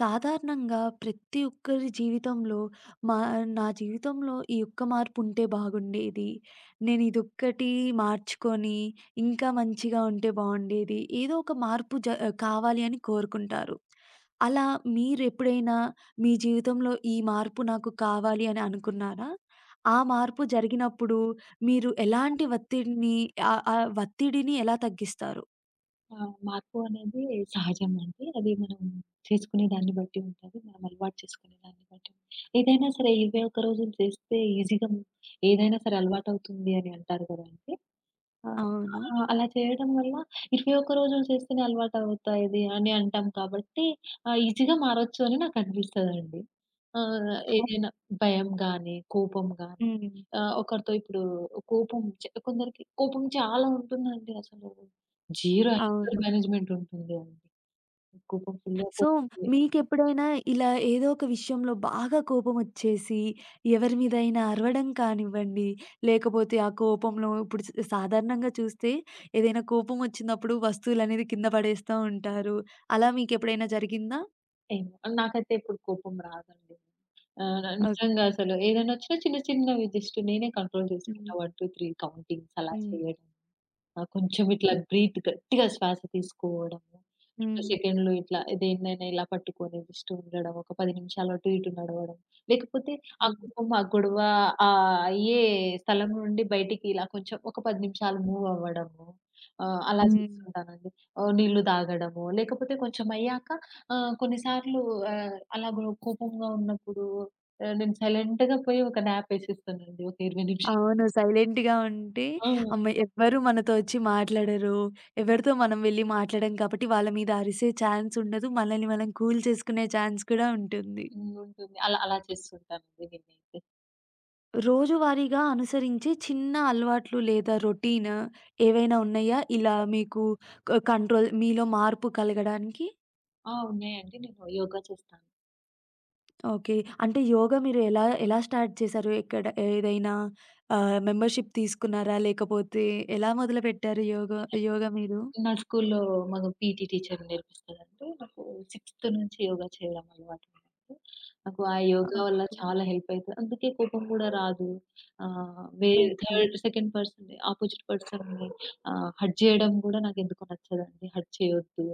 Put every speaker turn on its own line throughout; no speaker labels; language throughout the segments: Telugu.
సాధారణంగా ప్రతి ఒక్కరి జీవితంలో మా నా జీవితంలో ఈ ఒక్క మార్పు ఉంటే బాగుండేది. నేను ఇదొక్కటి మార్చుకొని ఇంకా మంచిగా ఉంటే బాగుండేది. ఏదో ఒక మార్పు కావాలి అని కోరుకుంటారు. అలా మీరెప్పుడైనా మీ జీవితంలో ఈ మార్పు నాకు కావాలి అని అనుకున్నారా? ఆ మార్పు జరిగినప్పుడు మీరు ఎలాంటి ఒత్తిడిని ఆ ఒత్తిడిని ఎలా తగ్గిస్తారు?
ఆ! మార్పు అనేది సహజమండి. అది మనం చేసుకునే దాన్ని బట్టి ఉంటది. మనం అలవాటు చేసుకునే దాన్ని బట్టి ఉంటుంది. ఏదైనా సరే 21 రోజులు చేస్తే ఈజీగా ఏదైనా సరే అలవాటవుతుంది అని అంటారు గదండీ! ఆ! ఆ!
అవును.
అలా చేయడం వల్ల 21 రోజులు చేస్తేనే అలవాటవుతాది అని అంటాం కాబట్టి, ఈజీగా మారొచ్చు అని నాకనిపిస్తదండి. ఏదైనా భయం గానీ, కోపం గానీ,
హ్మ్.
ఒకరితో ఇప్పుడు కోపం చ కొందరికి కోపం చాలా ఉంటుందండి అసలు. జీరో యాంగర్
అవును.
మేనేజ్‌మెంట్ ఉంటుంది అండి. కోపం ఫుల్‌గా
సో,
కోపం.
మీకెప్పుడైనా ఇలా ఏదో ఒక విషయంలో బాగా కోపమొచ్చేసి, ఎవరి మీదైనా అరవడం కానివ్వండి, లేకపోతే ఆ కోపంలో ఇప్పుడు సాధారణంగా చూస్తే ఏదైనా కోపమొచ్చినప్పుడు వస్తువులనేది కింద పడేస్తా ఉంటారు. అలా మీకెప్పుడైనా జరిగిందా?
ఏమో, నాకైతే ఎప్పుడు కోపం రాదండి.
ఓకే.
నిజంగా అసలు ఏదైనా వచ్చినా చిన్న చిన్నవి జస్ట్ నేనే కంట్రోల్ చేసుకుంటా.
హ్మ్.
1, 2, 3 కౌంటింగ్స్ అలా
హ్మ్.
చేయడం. ఆ! కొంచెం ఇట్లా బ్రీత్, గట్టిగా శ్వాస తీసుకోవడము. 2
హ్మ్.
సెకండ్‌లు ఇట్లా దేన్నైనా ఇలా పట్టుకొని జస్ట్ ఉండడం. ఒక 10 నిమిషాలు అటు ఇటు నడవడం. లేకపోతే ఆ
హ్మ్.
కోపం, ఆ గొడవ అయ్యే స్థలం నుండి బయటికి ఇలా కొంచెం ఒక 10 నిమిషాలు మూవ్ అవ్వడము. అలా
హ్మ్.
చేస్తుంటానండి. నీళ్లు తాగడము. లేకపోతే కొంచెం అయ్యాక కొన్నిసార్లు అలా కోపంగా ఉన్నప్పుడు నేను సైలెంట్‌గా పోయి ఒక న్యాప్ ఏసేస్తానండి, ఒక 20 నిమిషాలు.
అవును. సైలెంట్‌గా ఉంటే
ఆ!
అమ్మ ఎవ్వరు మనతో వచ్చి మాట్లాడరు. ఎవరితో మనం వెళ్లి మాట్లాడం కాబట్టి వాళ్ళ మీద అరిసే ఛాన్స్ ఉండదు. మనల్ని మనం కూల్ చేసుకునే ఛాన్స్ కూడా ఉంటుంది.
హ్మ్. ఉంటుంది. అలా అలా చేస్తుంటానండి నేనైతే.
రోజువారీగా అనుసరించే చిన్న అలవాట్లు లేదా రొటీన్ ఏవైనా ఉన్నాయా? ఇలా మీకు కంట్రోల్ మీలో మార్పు కలగడానికి?
ఆ! ఉన్నాయండి. నేను యోగా చేస్తాను.
ఓకే. అంటే యోగా మీరు ఎలా ఎలా స్టార్ట్ చేశారు? ఎక్కడ ఏదైనా మెంబర్‌షిప్ తీసుకున్నారా? లేకపోతే ఎలా మొదలుపెట్టారు యోగా యోగా మీరు?
నా స్కూల్లో మాకు పీటీ టీచర్ నేర్పిస్తదంటే, నాకు సిక్స్త్ నుంచి యోగా చేయడం అలవాటు నాకు. నాకు ఆ యోగా వల్ల
ఓకే.
చాలా హెల్ప్ అయితది. అందుకే కోపం గూడా రాదు. వేరే
okay.
Third, second person, opposite పర్సన్‌ని హర్ట్ చేయడం గూడా నాకెందుకో నచ్చదండి. హర్ట్ చేయొద్దు.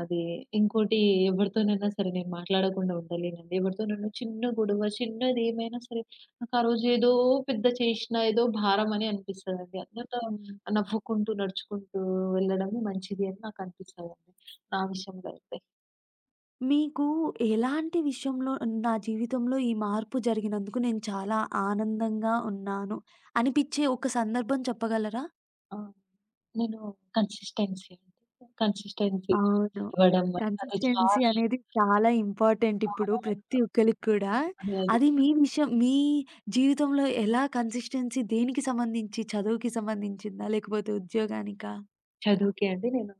అది ఇంకోటి, ఎవరితోనైనా సరే నేను మాట్లాడకుండా ఉండలేనండి. ఎవరితోనైనా చిన్న గొడవ, చిన్నదేమైనా సరే నాకు ఆ రోజు ఏదో పెద్ద చేషినా ఏదో భారం అని అనిపిస్తదండి. అందరితో
హ్మ్.
నవ్వుకుంటూ, నడుచుకుంటూ వెళ్ళడమే మంచిది అని నాకనిపిస్తదండి, నా విషయంలో అయితే.
మీకు ఎలాంటి విషయంలో నా జీవితంలో ఈ మార్పు జరిగినందుకు నేను చాలా ఆనందంగా ఉన్నాను అనిపిచ్చే ఒక సందర్భం చెప్పగలరా?
ఆ! నేను కన్సిస్టెన్సీ అండి. కన్సిస్టెన్సీగా
అవును.
చదవడం, అది
కన్సిస్టెన్సీ అనేది చాలా ఇంపార్టెంట్ ఇప్పుడు
చాలా
ప్రతి ఒక్కళ్ళకి కూడా. అది మీ విషయం మీ జీవితంలో ఎలా కన్సిస్టెన్సీ దేనికి సంబంధించి చదువుకి సంబంధించిందా? లేకపోతే ఉద్యోగానికా?
చదువుకే అండి. నేను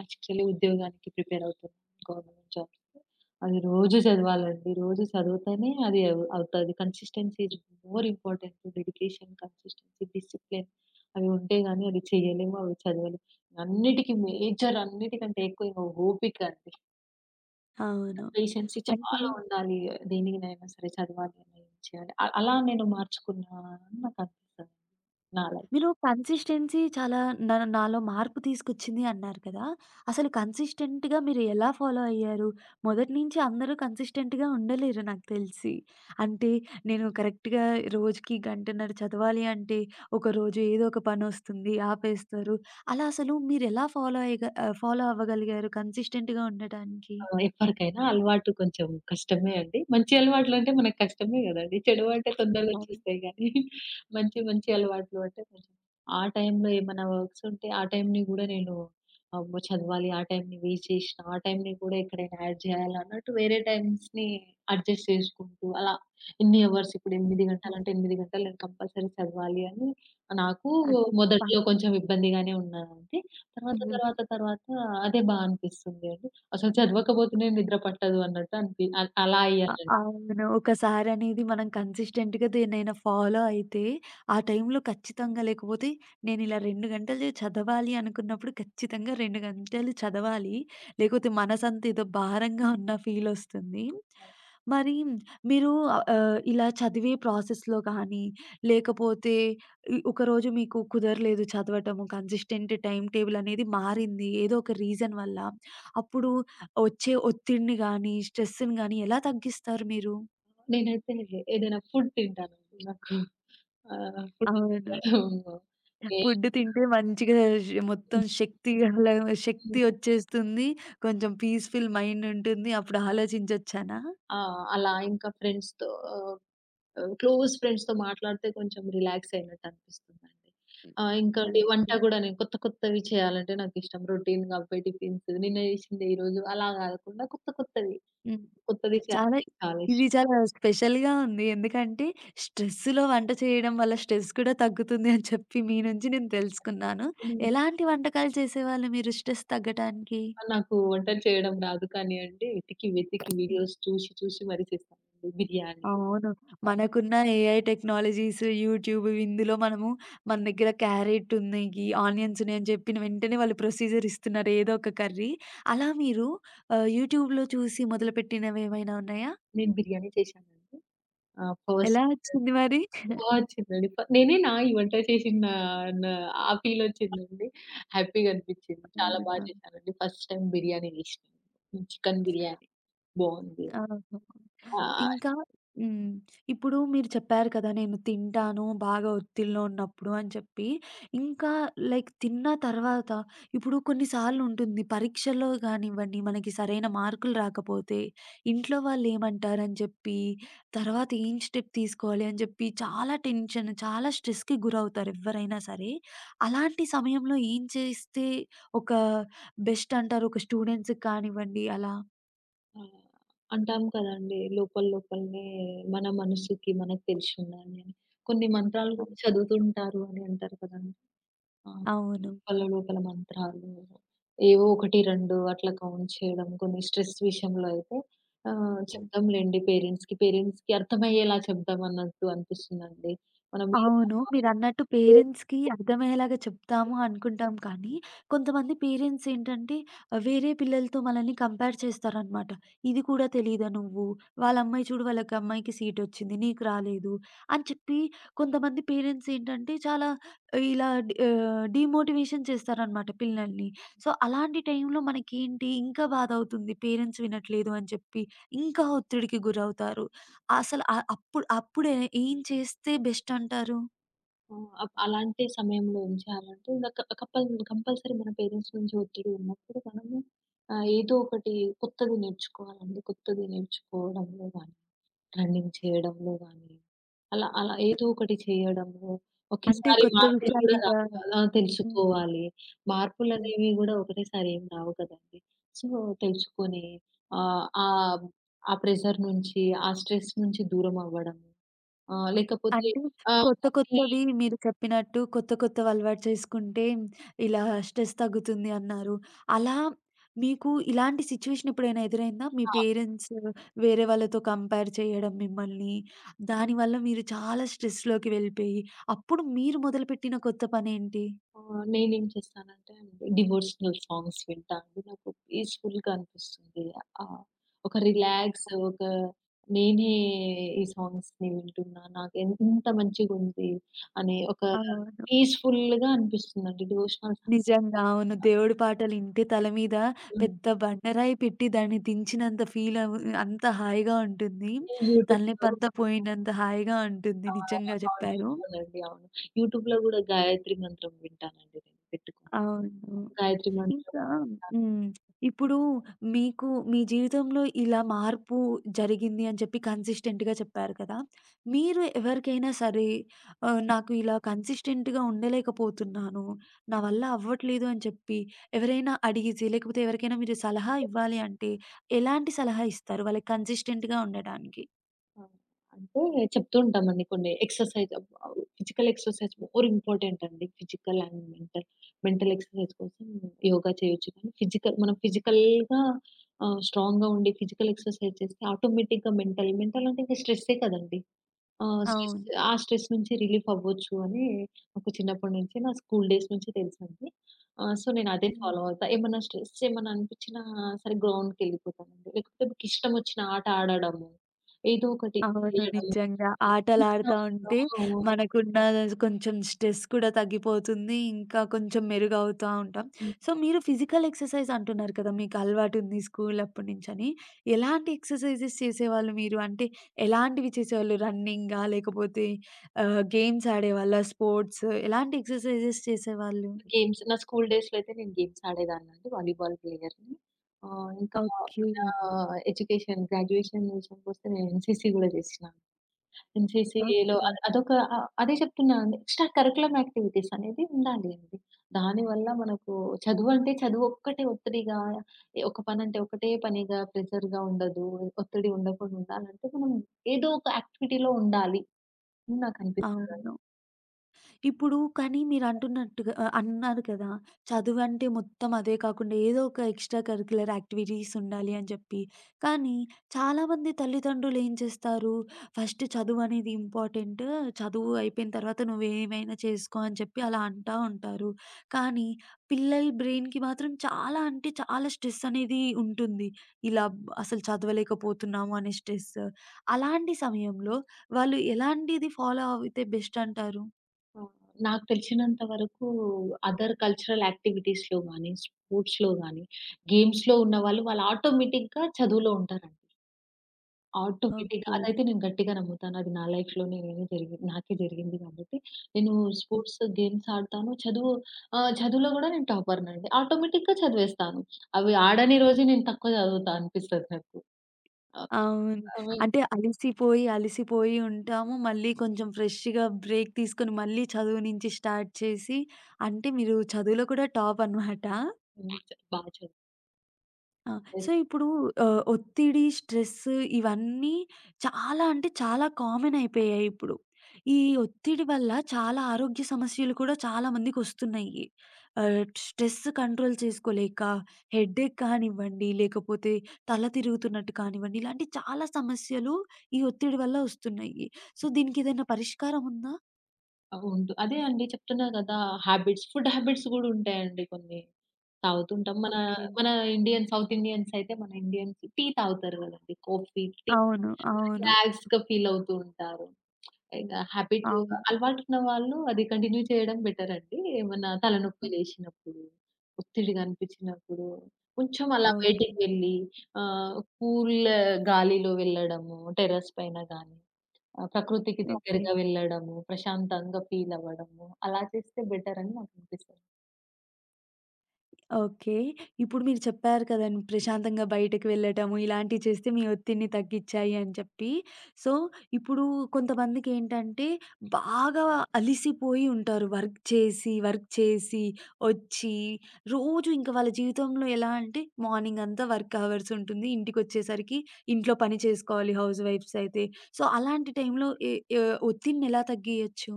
యాక్చువల్లీ ఉద్యోగానికి ప్రిపేర్ అవుతున్నా. Government jobs. అది రోజు చదవాలండి. రోజు చదివితేనే అది అవుతది. Consistency is more important. Dedication, consistency, discipline అవి ఉంటే గాని అది చేయలేము, అవి చదవలేము. అన్నిటికి మేజర్, అన్నిటికంటే ఎక్కువ ఇంక ఓపిక అండి.
అవును.
పేషెన్సీ
అయితే
చాలా ఉండాలి. దేనినైనా సరే చదవాలి అని చేయాలి. అలా నేను మార్చుకున్నా అని నాకు అనిపిస్తదండి, నా లైఫ్.
మీరు కన్సిస్టెన్సీ చాలా నాలో మార్పు తీసుకొచ్చింది అన్నారు కదా! అసలు కన్సిస్టెంట్‌గా మీరు ఎలా ఫాలో అయ్యారు? మొదటి నుంచి అందరూ కన్సిస్టెంట్‌గా ఉండలేరు నాకు తెలిసి. అంటే నేను కరెక్ట్‌గా రోజుకి గంటన్నర చదవాలి అంటే, ఒకరోజు ఏదో ఒక పనొస్తుంది ఆపేస్తారు. అలా అసలు మీరెలా ఫాలో ఫాలో అవ్వగలిగారు కన్సిస్టెంట్‌గా ఉండటానికి?
ఆ! ఎవ్వరికైనా అలవాటు కొంచెం కష్టమే అండి. మంచి అలవాట్లంటే మనకు కష్టమే గదండీ. చెడు అంటే తొందరగా వచ్చేస్తాయి గానీ, మంచి మంచి అలవాట్లు అంటే కొంచెం, ఆ టైంలో ఏమైనా వర్క్స్ ఉంటే ఆ టైంని గూడా నేను, అమ్మో చదవాలి, ఆ టైంని వేస్ట్ చేసిన, ఆ టైంని కూడా ఎక్కడైనా యాడ్ చేయాలి అన్నట్టు వేరే టైమ్స్‌ని అడ్జస్ట్ చేసుకుంటూ, అలా ఇన్ని అవర్స్, ఇప్పుడు 8
హ్మ్.
గంటలంటే 8 గంటలు నేను కంపల్సరీ చదవాలి అని నాకు
అంటే ప
మొదట్లో కొంచెం ఇబ్బందిగానే ఉన్నదండి. తర్వాత
హ్మ్.
తర్వాత తర్వాత అదే బా అనిపిస్తుంది అండి. అసలు చదవకపోతేనే నిద్ర పట్టదు అన్నట్టు అనిపి అ అలా అయ్యానండి.
అవును. ఒకసారనేది మనం కన్సిస్టెంట్‌గా దేన్నైనా ఫాలో అయితే, ఆ టైంలో ఖచ్చితంగా లేకపోతే నేనిలా 2 గంటలు చదవాలి అనుకున్నప్పుడు ఖచ్చితంగా 2 గంటలు చదవాలి. లేకపోతే మనసంతా ఏదో భారంగా ఉన్న ఫీలొస్తుంది. మరి మీరు ఇలా చదివే ప్రాసెస్‌లో కానీ, లేకపోతే ఒకరోజు మీకు కుదరలేదు చదవటము, కన్సిస్టెంట్ టైమ్ టేబుల్ అనేది మారింది. ఏదో ఒక రీజన్ వల్ల. అప్పుడు వచ్చే ఒత్తిడిని గానీ, స్ట్రెస్‌ని గానీ ఎలా తగ్గిస్తారు మీరు?
నేనైతే ఏదైనా ఫుడ్ తింటానండి. నాకు ఫుడ్
అవును.
ఏ.
ఫుడ్ తింటే మంచిగా మొత్తం శక్తి అలా శక్తి వచ్చేస్తుంది. కొంచెం పీస్‌ఫుల్ మైండ్ ఉంటుంది. అప్పుడు ఆలోచించొచ్చనా?
ఆ! అలా ఇంకా ఫ్రెండ్స్‌తో, ఆహ్, క్లోజ్ ఫ్రెండ్స్‌తో మాట్లాడితే కొంచెం రిలాక్స్ అయినట్టు అనిపిస్తుందండి. ఇంకా వంట
ఓకే.
కూడా. నేను కొత్త కొత్తవి చేయాలంటే నాకిష్టం. రొటీన్‌గా అవే టిఫిన్స్, నిన్న చేసిందే ఈరోజు, అలా కాకుండా కొత్త కొత్తవి,
హ్మ్.
కొత్తది
చాలా
చేయాలంటే చాలా
ఇది చాలా స్పెషల్‌గా ఉంది. ఎందుకంటే స్ట్రెస్‌లో వంట చేయడం వల్ల స్ట్రెస్ కూడా తగ్గుతుంది అని చెప్పి మీ నుంచి నేను తెలుసుకున్నాను.
ఇష్టం.
ఎలాంటి వంటకాలు చేసేవాళ్ళు మీరు స్ట్రెస్ తగ్గటానికి?
నాకు వంటలు చేయడం రాదు కానియండి, వెతికి, వెతికి వీడియోస్ చూసి, చూసి మరీ చేస్తానండి బిర్యానీ.
అవును.
ఆహ్,
మనకున్న ఏఐ టెక్నాలజీస్, యూట్యూబ్ ఇందులో మనము మన దగ్గర క్యారెట్ ఉన్నాయి, ఆనియన్స్ ఉన్నాయని చెప్పిన వెంటనే వాళ్ళు ప్రొసీజర్ ఇస్తున్నారు ఏదో ఒక కర్రీ. అలా మీరు యూట్యూబ్‌లో చూసి మొదలుపెట్టినవేమైనా ఉన్నాయా?
నేను బిర్యానీ చేశానండి. ఫస్ట్
ఎలా వచ్చింది మరి?
బా వచ్చిందండి. నేనే నా ఈ వంట చేసిన, నా నా ఆ ఫీల్ వచ్చిందండి. హ్యాపీగా అనిపించింది. చాలా బా
అవునా!
చేశానండి. ఫస్ట్ టైమ్ బిర్యానీ చేసినాను, చికెన్ బిర్యానీ. బావుంది.
ఆహా!
ఆహ్,
ఇంకా హ్మ్. ఇప్పుడు మీరు చెప్పారు కదా! నేను తింటాను బాగా ఒత్తిడిలో ఉన్నప్పుడు అని చెప్పి. ఇంకా లైక్ తిన్న తర్వాత ఇప్పుడు కొన్నిసార్లు ఉంటుంది పరీక్షలో గానివ్వండి, మనకి సరైన మార్కులు రాకపోతే ఇంట్లో వాళ్ళేమంటారని చెప్పి, తర్వాత ఏం స్టెప్ తీసుకోవాలి అని చెప్పి చాలా టెన్షన్, చాలా స్ట్రెస్‌కి గురవుతారు ఎవ్వరైనా సరే. అలాంటి సమయంలో ఏం చేస్తే ఒక బెస్ట్ అంటారు? ఒక స్టూడెంట్స్‌కి కానివ్వండి అలా.
ఆహ్, అంటాం కదండీ, లోపల లోపలనే మన మనసుకి మనకు తెలిసుండాలి అని. కొన్ని మంత్రాలు కూడా చదువుతుంటారు అని అంటారు కదండీ! ఆ!
అవును.
లోపల లోపల మంత్రాలు, ఏవో 1, 2 అట్లా కౌంట్ చేయడం. కొన్ని స్ట్రెస్ విషయంలో అయితే
హ్మ్.
చెప్దాంలెండి పేరెంట్స్‌కి. పేరెంట్స్‌కి అర్థమయ్యేలా చెప్దాం అన్నట్టు అనిపిస్తుందండి, మనం మీద.
అవును. మీరన్నట్టు పేరెంట్స్‌కి అర్థమయ్యేలాగా చెప్తాము అనుకుంటాం కానీ, కొంతమంది పేరెంట్స్ ఏంటంటే ఆ, వేరే పిల్లలతో మనల్ని కంపేర్ చేస్తారనమాట. "ఇది కూడా తెలీదా నువ్వు? వాళ్ళ అమ్మాయి చూడు వాళ్ళకి అమ్మాయికి సీటొచ్చింది. నీకు రాలేదు" అని చెప్పి కొంతమంది పేరెంట్స్ ఏంటంటే చాలా ఇలా డీమోటివేషన్ చేస్తారనమాట పిల్లల్ని. సో, అలాంటి టైంలో మనకేంటి ఇంకా బాధవుతుంది పేరెంట్స్ వినట్లేదు అని చెప్పి. ఇంకా ఒత్తిడికి గురవుతారు. అసలు అప్పుడే ఏం చేస్తే బెస్ట్ అంటారు?
ఆ! అలాంటి సమయంలో ఏం చేయాలంటే, ఇంక క కపల్ కంపల్సరీ మన పేరెంట్స్ నుంచి ఒత్తిడి ఉన్నప్పుడు మనము ఏదో ఒకటి కొత్తది నేర్చుకోవాలండి. కొత్తది నేర్చుకోవడంలో గాని, రన్నింగ్ చేయడంలో గాని, అలా అలా ఏదో ఒకటి చేయడము.
అంటే
ఒకేసారి
కొత్త
మార్పులు
విషయాల
కూడా
మీద
రావు కదా!
హ్మ్.
తెలుసుకోవాలి.
హ్మ్.
మార్పులనేవి గూడా ఒకటేసారి ఏం రావు కదండీ! సో, తెలుసుకొని ఆహ్, ఆహ్, ఆ ప్రెషర్ నుంచి, ఆ స్ట్రెస్ నుంచి దూరం అవ్వడము. లేకపోతే
అంటే
ఆహ్,
కొత్త
కొన్ని.
కొత్తవి మీరు చెప్పినట్టు కొత్త కొత్తవి అలవాటు చేసుకుంటే ఇలా స్ట్రెస్ తగ్గుతుంది అన్నారు. అలా మీకు ఇలాంటి సిట్యుయేషన్ ఎప్పుడైనా ఎదురైందా? మీ
ఆ!
పేరెంట్స్ వేరే వాళ్ళతో కంపేర్ చేయడం మిమ్మల్ని. దానివల్ల మీరు చాలా స్ట్రెస్‌లోకి వెళ్ళిపోయి అప్పుడు మీరు మొదలుపెట్టిన కొత్త పనేంటి?
ఆ! నేనేం చేస్తానంటే డివోషనల్ సాంగ్స్ వింటాను. నాకు పీస్‌ఫుల్‌గా అనిపిస్తుంది. ఆహ్, ఒక రిలాక్స్, ఒక, నేనే ఈ సాంగ్స్‌ని వింటున్నా, నాకు ఇంత మంచిగుంది అనే ఒక
అవును.
పీస్‌ఫుల్‌గా అనిపిస్తుందండి, డివోషనల్ సాంగ్స్.
నిజంగా. అవును. దేవుడి పాటలింటే తల మీద పెద్ద బండరాయి పెట్టి దాన్ని దించినంత ఫీలవు అంత హాయిగా ఉంటుంది.
యూట్యూబ్‌లో.
తలనొప్పంతా పోయినంత హాయిగా ఉంటుంది.
ఆ!
నిజంగా
అవును.
చెప్పారు.
అవునండి. అవును. యూట్యూబ్‌లో గూడా గాయత్రి మంత్రం వింటానండి నేను పెట్టుకొని.
అవును.
గాయత్రి మంత్రం
ఇంకా
వింటాను.
హ్మ్. ఇప్పుడు మీకు మీ జీవితంలో ఇలా మార్పు జరిగింది అని చెప్పి కన్సిస్టెంట్‌గా చెప్పారు కదా! మీరు ఎవరికైనా సరే నాకు ఇలా కన్సిస్టెంట్‌గా ఉండలేకపోతున్నాను. నా వల్ల అవ్వట్లేదు అని చెప్పి ఎవరైనా అడిగితే లేకపోతే ఎవరికైనా మీరు సలహా ఇవ్వాలి అంటే ఎలాంటి సలహా ఇస్తారు వాళ్ళకి కన్సిస్టెంట్‌గా ఉండడానికి?
ఆ! అంటే చెప్తూ ఉంటామండి, కొన్ని exercise, physical exercise more important అండి, physical and mental. Mental exercise కోసం యోగా చేయొచ్చు. కానీ ఫిజికల్, మనం ఫిజికల్‌గా స్ట్రాంగ్‌గా ఉండి ఫిజికల్ ఎక్సర్‌సైజ్ చేస్తే ఆటోమేటిక్‌గా మెంటల్ మెంటల్ అంటే ఇంక స్ట్రెస్సే కదండీ! ఆ! స్ట్రెస్,
అవును.
ఆ స్ట్రెస్ నుంచి రిలీఫ్ అవ్వచ్చు అని నాకు చిన్నప్పటి నుంచి, నా స్కూల్ డేస్ నుంచి తెలుసండి. సో, నేను అదే ఫాలో అవుతా. ఏమన్నా స్ట్రెస్, ఏమన్నా అనిపించినా సరే గ్రౌండ్‌కెళ్ళిపోతానండి. లేకపోతే నాకిష్టం వచ్చిన ఆట ఆడడము, ఏదో ఒకటి
అవును.
చేయడము.
నిజంగా. ఆటలాడుతా ఉంటే మనకున్న కొంచెం స్ట్రెస్ కూడా తగ్గిపోతుంది. ఇంకా కొంచెం మెరుగవుతా ఉంటాం.
హ్మ్.
సో, మీరు ఫిజికల్ ఎక్సర్‌సైజ్ అంటున్నారు కదా! మీకు అలవాటుంది స్కూల్ అప్పటినుంచని. ఎలాంటి ఎక్సర్‌సైజెస్ చేసేవాళ్ళు మీరు? అంటే ఎలాంటివి చేసేవాళ్ళు? రన్నింగా? లేకపోతే గేమ్స్ ఆడేవాళ్ళా? స్పోర్ట్స్ ఎలాంటి ఎక్సర్‌సైజెస్ చేసేవాళ్ళు?
గేమ్స్, నా స్కూల్ డేస్‌లో అయితే నేను గేమ్స్ ఆడేదాన్నండి. వాలీబాల్ ప్లేయర్‌ని. ఇంకా
ఓకే.
నా ఎడ్యుకేషన్, గ్రాడ్యుయేషన్ విషయానికొస్తే నేను ఎన్‌సీసీ గూడా చేసిన. ఎన్‌సీసీ‌లో
ఓకే.
అదే చెప్తున్నా అండి, ఎక్స్‌ట్రా కరిక్యులమ్ యాక్టివిటీస్ అనేది ఉండాలి అండి. దానివల్ల మనకు చదువంటే చదువు ఒక్కటే ఒత్తిడిగా, ఒక పనంటే ఒకటే పనిగా ప్రెషర్‌గా ఉండదు. ఒత్తిడి ఉండకుండా ఉండాలంటే మనం ఏదో ఒక యాక్టివిటీ‌లో ఉండాలి అని నాకనిపిస్తదండి.
అవును. ఇప్పుడు కానీ మీరంటున్నట్టుగా అన్నారు కదా! చదువంటే మొత్తం అదే కాకుండా ఏదో ఒక ఎక్స్‌ట్రా కరిక్యులర్ యాక్టివిటీస్ ఉండాలి అని చెప్పి. కానీ చాలామంది తల్లిదండ్రులు ఏం చేస్తారు? ఫస్ట్ చదువనేది ఇంపార్టెంట్. చదువు అయిపోయిన తర్వాత నువ్వేమైనా చేసుకో అని చెప్పి అలా అంటా ఉంటారు. కానీ పిల్లల బ్రెయిన్‌కి మాత్రం చాలా అంటే చాలా స్ట్రెస్ అనేది ఉంటుంది. ఇలా అసలు చదవలేకపోతున్నాము అనే స్ట్రెస్. అలాంటి సమయంలో వాళ్ళు ఎలాంటిది ఫాలో అవుతే బెస్ట్ అంటారు?
ఆ! నాకు తెలిసినంత వరకు, అదర్ కల్చరల్ యాక్టివిటీస్‌లో గాని, స్పోర్ట్స్‌లో గాని, గేమ్స్‌లో ఉన్నవాళ్ళు, వాళ్ళు ఆటోమేటిక్‌గా చదువులో ఉంటారండి. ఆటోమేటిక్‌గా.
ఓకే.
అదైతే నేను గట్టిగా నమ్ముతాను. అది నా లైఫ్‌లో నేనే జరిగింది, నాకే జరిగింది కాబట్టి. నేను స్పోర్ట్స్, గేమ్స్ ఆడతాను. చదువులో గూడా నేను టాపర్‌నండి. ఆటోమేటిక్‌గా చదివేస్తాను. అవి ఆడని రోజు నేను తక్కువ చదువుతా అనిపిస్తది నాకు. ఆహ్,
అవును.
అవి.
అంటే అలిసిపోయి, అలిసిపోయి ఉంటాము. మళ్ళీ కొంచెం ఫ్రెష్‌గా బ్రేక్ తీసుకొని మళ్ళీ చదువు నుంచి స్టార్ట్ చేసి అంటే మీరు చదువులో కూడా టాప్ అనమాట.
బా
ఆ! సో,
చదివేది.
ఇప్పుడు ఒత్తిడి, స్ట్రెస్ ఇవన్నీ చాలా అంటే చాలా కామన్ అయిపోయాయి ఇప్పుడు. ఈ ఒత్తిడి వల్ల చాలా ఆరోగ్య సమస్యలు కూడా చాలా మందికొస్తున్నాయి. ఆహ్, స్ట్రెస్ కంట్రోల్ చేసుకోలేక హెడ్‌ఏక్ కానివ్వండి, లేకపోతే తల తిరుగుతున్నట్టు కానివ్వండి, ఇలాంటి చాలా సమస్యలు ఈ ఒత్తిడి వల్ల వస్తున్నాయి. సో, దీనికేదైనా పరిష్కారం ఉందా?
అదే అండి చెప్తున్నా గదా! ఫుడ్ హ్యాబిట్స్ గూడా ఉంటాయండి కొన్ని. తాగుతుంటాం. మన
ఓకే.
మన ఇండియన్, సౌత్ ఇండియన్స్ అయితే, మన ఇండియన్స్ టీ తాగుతారు గదండీ! కాఫీ, టీ,
అవును. అవును.
రిలాక్స్‌గా ఫీల్ అవుతూ ఉంటారు. ఇక హ్యాబిట్
అవును.
అలవాటున్న వాళ్ళు అది కంటిన్యూ చేయడం బెటర్ అండి. ఏమన్నా తలనొప్పి లేశినప్పుడు, ఒత్తిడిగా అనిపించినప్పుడు, కొంచెం అలా బయటికి
ఓకే.
వెళ్ళి కూల్ గాలిలో వెళ్ళడము, టెర్రస్ పైన గానీ, ప్రకృతికి
ఓకే.
దగ్గరగా వెళ్ళడము, ప్రశాంతంగా ఫీల్ అవ్వడము, అలా చేస్తే బెటర్ అని నాకు అనిపిస్తది.
ఓకే. ఇప్పుడు మీరు చెప్పారు కదండీ! ప్రశాంతంగా బయటకి వెళ్ళటము, ఇలాంటివి చేస్తే మీ ఒత్తిడిని తగ్గిచ్చాయి అని చెప్పి. సో, ఇప్పుడు కొంతమందికేంటంటే బాగా అలిసిపోయి ఉంటారు. వర్క్ చేసి, వర్క్ చేసి ఒచ్చి, రోజు ఇంక వాళ్ళ జీవితంలో ఎలా అంటే మార్నింగ్ అంతా వర్క్ అవర్స్ ఉంటుంది. ఇంటికొచ్చేసరికి ఇంట్లో పని చేసుకోవాలి హౌస్ వైఫ్స్ అయితే. సో, అలాంటి టైంలో ఏ ఏ ఒత్తిడిని ఎలా తగ్గియచ్చు?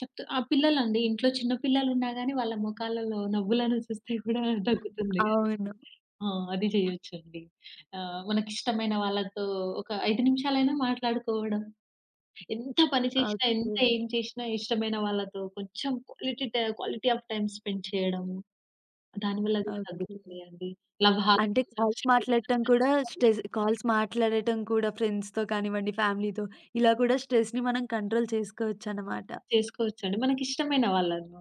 చెప్తూ, ఆ పిల్లలండి, ఇంట్లో చిన్న పిల్లలున్నా గాని వాళ్ళ మొఖాలలో నవ్వులను చూస్తే కూడా తగ్గుతుంది.
అవును.
ఆ! అది చేయొచ్చండి. మనకిష్టమైన వాళ్ళతో ఒక 5 నిమిషాలైనా మాట్లాడుకోవడం. ఎంత పని చేసినా,
ఓకే.
ఎంత ఏం చేసినా ఇష్టమైన వాళ్ళతో కొంచెం క్వాలిటీ ఆఫ్ టైమ్ స్పెండ్ చేయడము. దానివల్ల కూడా
ఓకే.
తగ్గుతుంది అండి. లవ్
అంటే
హార్మోన్స్.
కాల్స్ మాట్లాడటం కూడా స్ట్రెస్ కాల్స్ మాట్లాడటం కూడా ఫ్రెండ్స్‌తో కానివ్వండి, ఫ్యామిలీతో ఇలా కూడా స్ట్రెస్‌ని మనం కంట్రోల్ చేసుకోవచ్చనమాట.
చేసుకోవచ్చండి. మనకిష్టమైన వాళ్ళను,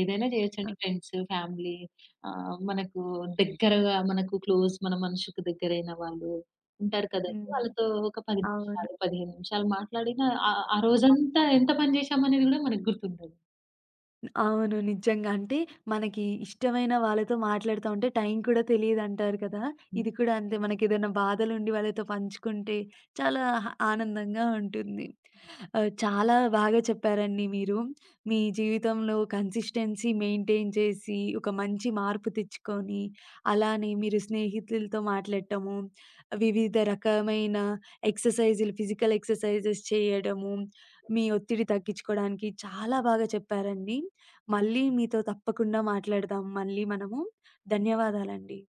ఏదైనా జేయొచ్చండి.
ఓకే.
ఫ్రెండ్స్, ఫ్యామిలీ, మనకు దగ్గరగా, మనకు క్లోజ్, మన మనసుకు దగ్గరైన వాళ్ళు ఉంటారు కదండీ!
హ్మ్.
వాళ్ళతో ఒక 10
అవును.
నిమిషాలు, 15 నిమిషాలు మాట్లాడినా, ఆ ఆ రోజంతా ఎంత పని జేశామనేది గూడా మనకు గుర్తుండదు.
అవును. నిజంగా. అంటే మనకి ఇష్టమైన వాళ్ళతో మాట్లాడుతా ఉంటే టైం కూడా తెలీదంటారు కదా! ఇది కూడా అంతే. మనకేదైనా బాధలుండి వాళ్ళతో పంచుకుంటే చాలా ఆనందంగా ఉంటుంది. చాలా బాగా చెప్పారండి మీరు. మీ జీవితంలో కన్సిస్టెన్సీ మెయింటైన్ చేసి, ఒక మంచి మార్పు తెచ్చుకొని, అలానే మీరు స్నేహితులతో మాట్లాడటము, వివిధ రకమైన ఎక్సర్‌సైజులు, ఫిజికల్ ఎక్సర్‌సైజెస్ చేయడము, మీ ఒత్తిడి తగ్గించుకోవడానికి చాలా బాగా చెప్పారండి. మళ్ళీ మీతో తప్పకుండా మాట్లాడదాం. మళ్ళీ మనము ధన్యవాదాలండి.